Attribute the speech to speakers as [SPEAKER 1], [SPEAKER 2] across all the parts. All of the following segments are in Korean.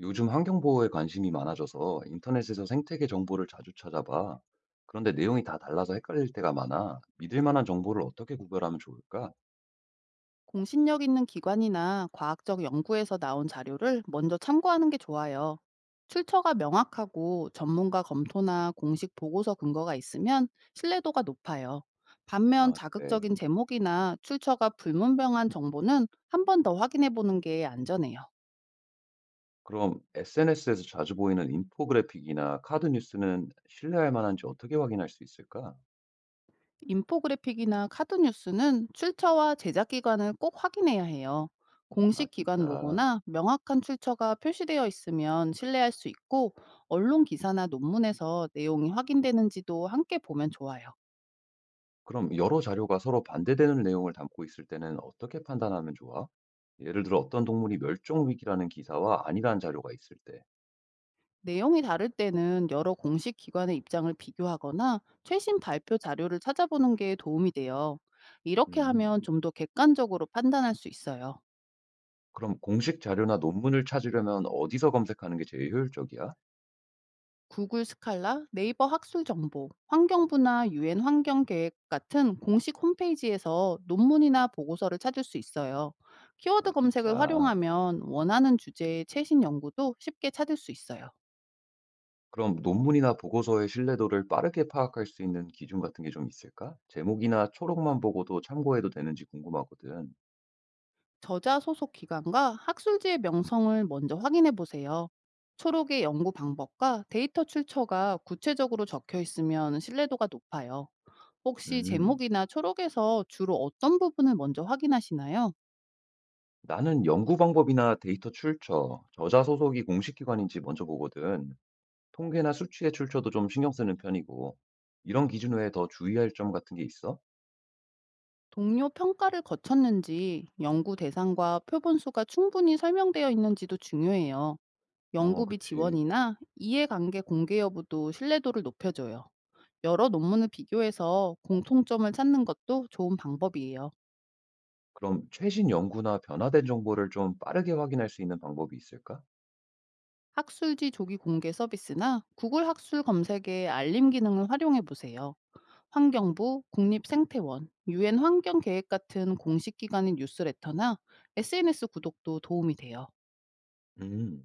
[SPEAKER 1] 요즘 환경 보호에 관심이 많아져서 인터넷에서 생태계 정보를 자주 찾아봐. 그런데 내용이 다 달라서 헷갈릴 때가 많아. 믿을 만한 정보를 어떻게 구별하면 좋을까?
[SPEAKER 2] 공신력 있는 기관이나 과학적 연구에서 나온 자료를 먼저 참고하는 게 좋아요. 출처가 명확하고 전문가 검토나 공식 보고서 근거가 있으면 신뢰도가 높아요. 반면
[SPEAKER 1] 아, 그래.
[SPEAKER 2] 자극적인 제목이나 출처가 불문명한 정보는 한 번 더 확인해 보는 게 안전해요.
[SPEAKER 1] 그럼 SNS에서 자주 보이는 인포그래픽이나 카드 뉴스는 신뢰할 만한지 어떻게 확인할 수 있을까?
[SPEAKER 2] 인포그래픽이나 카드 뉴스는 출처와 제작 기관을 꼭 확인해야 해요.
[SPEAKER 1] 아,
[SPEAKER 2] 공식 기관
[SPEAKER 1] 진짜.
[SPEAKER 2] 로고나 명확한 출처가 표시되어 있으면 신뢰할 수 있고 언론 기사나 논문에서 내용이 확인되는지도 함께 보면 좋아요.
[SPEAKER 1] 그럼 여러 자료가 서로 반대되는 내용을 담고 있을 때는 어떻게 판단하면 좋아? 예를 들어 어떤 동물이 멸종 위기라는 기사와 아니라는 자료가 있을 때.
[SPEAKER 2] 내용이 다를 때는 여러 공식 기관의 입장을 비교하거나 최신 발표 자료를 찾아보는 게 도움이 돼요. 이렇게
[SPEAKER 1] 음.
[SPEAKER 2] 하면 좀 더 객관적으로 판단할 수 있어요.
[SPEAKER 1] 그럼 공식 자료나 논문을 찾으려면 어디서 검색하는 게 제일 효율적이야?
[SPEAKER 2] 구글 스칼라, 네이버 학술 정보, 환경부나 유엔 환경 계획 같은 공식 홈페이지에서 논문이나 보고서를 찾을 수 있어요.
[SPEAKER 1] 아,
[SPEAKER 2] 키워드 검색을
[SPEAKER 1] 진짜.
[SPEAKER 2] 활용하면 원하는 주제의 최신 연구도 쉽게 찾을 수 있어요.
[SPEAKER 1] 그럼 논문이나 보고서의 신뢰도를 빠르게 파악할 수 있는 기준 같은 게 좀 있을까? 제목이나 초록만 보고도 참고해도 되는지 궁금하거든.
[SPEAKER 2] 저자 소속 기관과 학술지의 명성을 먼저 확인해 보세요. 초록의 연구 방법과 데이터 출처가 구체적으로 적혀 있으면 신뢰도가 높아요. 혹시
[SPEAKER 1] 음,
[SPEAKER 2] 제목이나 초록에서 주로 어떤 부분을 먼저 확인하시나요?
[SPEAKER 1] 나는 연구 방법이나 데이터 출처, 저자 소속이 공식 기관인지 먼저 보거든. 통계나 수치의 출처도 좀 신경 쓰는 편이고. 이런 기준 외에 더 주의할 점 같은 게 있어?
[SPEAKER 2] 동료 평가를 거쳤는지 연구 대상과 표본 수가 충분히 설명되어 있는지도 중요해요.
[SPEAKER 1] 어,
[SPEAKER 2] 연구비
[SPEAKER 1] 그치.
[SPEAKER 2] 지원이나 이해관계 공개 여부도 신뢰도를 높여줘요. 여러 논문을 비교해서 공통점을 찾는 것도 좋은 방법이에요.
[SPEAKER 1] 그럼 최신 연구나 변화된 정보를 좀 빠르게 확인할 수 있는 방법이 있을까?
[SPEAKER 2] 학술지 조기 공개 서비스나 구글 학술 검색의 알림 기능을 활용해 보세요. 환경부, 국립생태원, 유엔 환경계획 같은 공식 기관의 뉴스레터나 SNS 구독도 도움이 돼요.
[SPEAKER 1] 음,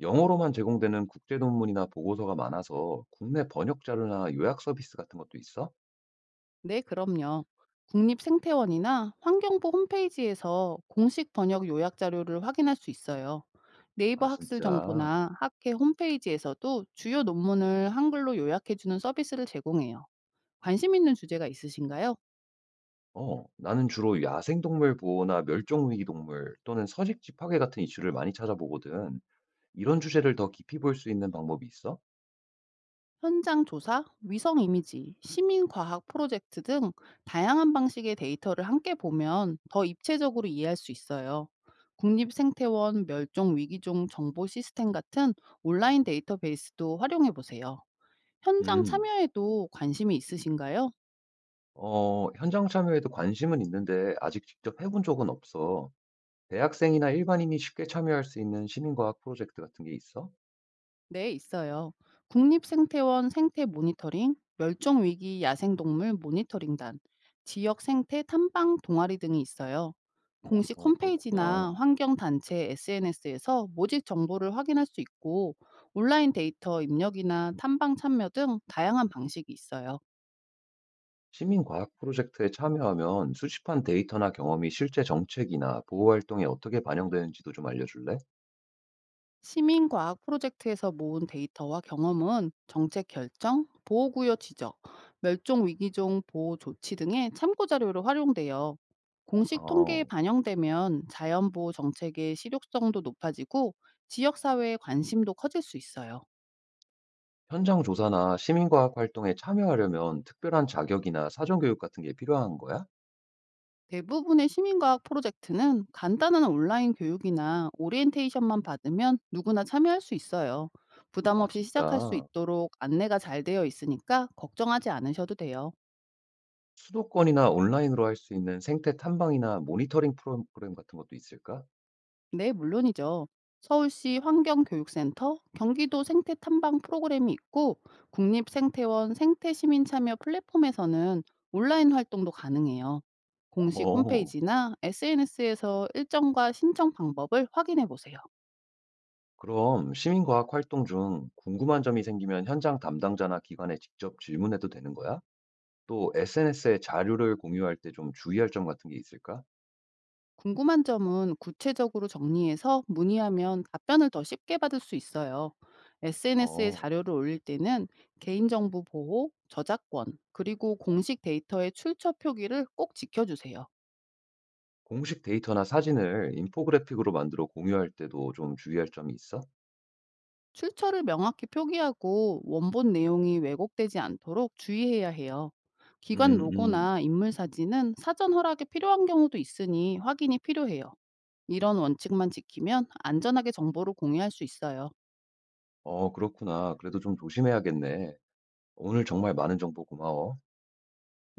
[SPEAKER 1] 영어로만 제공되는 국제 논문이나 보고서가 많아서 국내 번역 자료나 요약 서비스 같은 것도 있어?
[SPEAKER 2] 네, 그럼요. 국립생태원이나 환경부 홈페이지에서 공식 번역 요약 자료를 확인할 수 있어요.
[SPEAKER 1] 아,
[SPEAKER 2] 네이버 학술
[SPEAKER 1] 진짜.
[SPEAKER 2] 정보나 학회 홈페이지에서도 주요 논문을 한글로 요약해주는 서비스를 제공해요. 관심 있는 주제가 있으신가요?
[SPEAKER 1] 어, 나는 주로 야생동물 보호나 멸종위기 동물 또는 서식지 파괴 같은 이슈를 많이 찾아보거든. 이런 주제를 더 깊이 볼 수 있는 방법이 있어?
[SPEAKER 2] 현장 조사, 위성 이미지, 시민 과학 프로젝트 등 다양한 방식의 데이터를 함께 보면 더 입체적으로 이해할 수 있어요. 국립생태원, 멸종위기종 정보 시스템 같은 온라인 데이터베이스도 활용해 보세요. 현장
[SPEAKER 1] 음.
[SPEAKER 2] 참여에도 관심이 있으신가요?
[SPEAKER 1] 어, 현장 참여에도 관심은 있는데 아직 직접 해본 적은 없어. 대학생이나 일반인이 쉽게 참여할 수 있는 시민과학 프로젝트 같은 게 있어?
[SPEAKER 2] 네, 있어요. 국립생태원 생태 모니터링, 멸종위기 야생동물 모니터링단, 지역 생태 탐방 동아리 등이 있어요. 공식
[SPEAKER 1] 어, 그렇구나.
[SPEAKER 2] 홈페이지나 환경단체 SNS에서 모집 정보를 확인할 수 있고, 온라인 데이터 입력이나 탐방 참여 등 다양한 방식이 있어요.
[SPEAKER 1] 시민과학 프로젝트에 참여하면 수집한 데이터나 경험이 실제 정책이나 보호활동에 어떻게 반영되는지도 좀 알려줄래?
[SPEAKER 2] 시민과학 프로젝트에서 모은 데이터와 경험은 정책 결정, 보호구역 지적, 멸종위기종 보호 조치 등의 참고자료로 활용돼요. 공식 통계에
[SPEAKER 1] 어,
[SPEAKER 2] 반영되면 자연보호 정책의 실효성도 높아지고 지역사회의 관심도 커질 수 있어요.
[SPEAKER 1] 현장 조사나 시민과학 활동에 참여하려면 특별한 자격이나 사전교육 같은 게 필요한 거야?
[SPEAKER 2] 대부분의 시민과학 프로젝트는 간단한 온라인 교육이나 오리엔테이션만 받으면 누구나 참여할 수 있어요. 부담
[SPEAKER 1] 아,
[SPEAKER 2] 없이 시작할 수
[SPEAKER 1] 진짜.
[SPEAKER 2] 있도록 안내가 잘 되어 있으니까 걱정하지 않으셔도 돼요.
[SPEAKER 1] 수도권이나 온라인으로 할 수 있는 생태 탐방이나 모니터링 프로그램 같은 것도 있을까?
[SPEAKER 2] 네, 물론이죠. 서울시 환경교육센터, 경기도 생태 탐방 프로그램이 있고, 국립생태원 생태시민참여 플랫폼에서는 온라인 활동도 가능해요. 공식
[SPEAKER 1] 어,
[SPEAKER 2] 홈페이지나 SNS에서 일정과 신청 방법을 확인해 보세요.
[SPEAKER 1] 그럼 시민과학 활동 중 궁금한 점이 생기면 현장 담당자나 기관에 직접 질문해도 되는 거야? 또 SNS에 자료를 공유할 때 좀 주의할 점 같은 게 있을까?
[SPEAKER 2] 궁금한 점은 구체적으로 정리해서 문의하면 답변을 더 쉽게 받을 수 있어요. SNS에
[SPEAKER 1] 어,
[SPEAKER 2] 자료를 올릴 때는 개인정보 보호, 저작권, 그리고 공식 데이터의 출처 표기를 꼭 지켜주세요.
[SPEAKER 1] 공식 데이터나 사진을 인포그래픽으로 만들어 공유할 때도 좀 주의할 점이 있어?
[SPEAKER 2] 출처를 명확히 표기하고 원본 내용이 왜곡되지 않도록 주의해야 해요. 기관
[SPEAKER 1] 음, 음.
[SPEAKER 2] 로고나 인물 사진은 사전 허락이 필요한 경우도 있으니 확인이 필요해요. 이런 원칙만 지키면 안전하게 정보를 공유할 수 있어요.
[SPEAKER 1] 어, 그렇구나. 그래도 좀 조심해야겠네. 오늘 정말 많은 정보 고마워.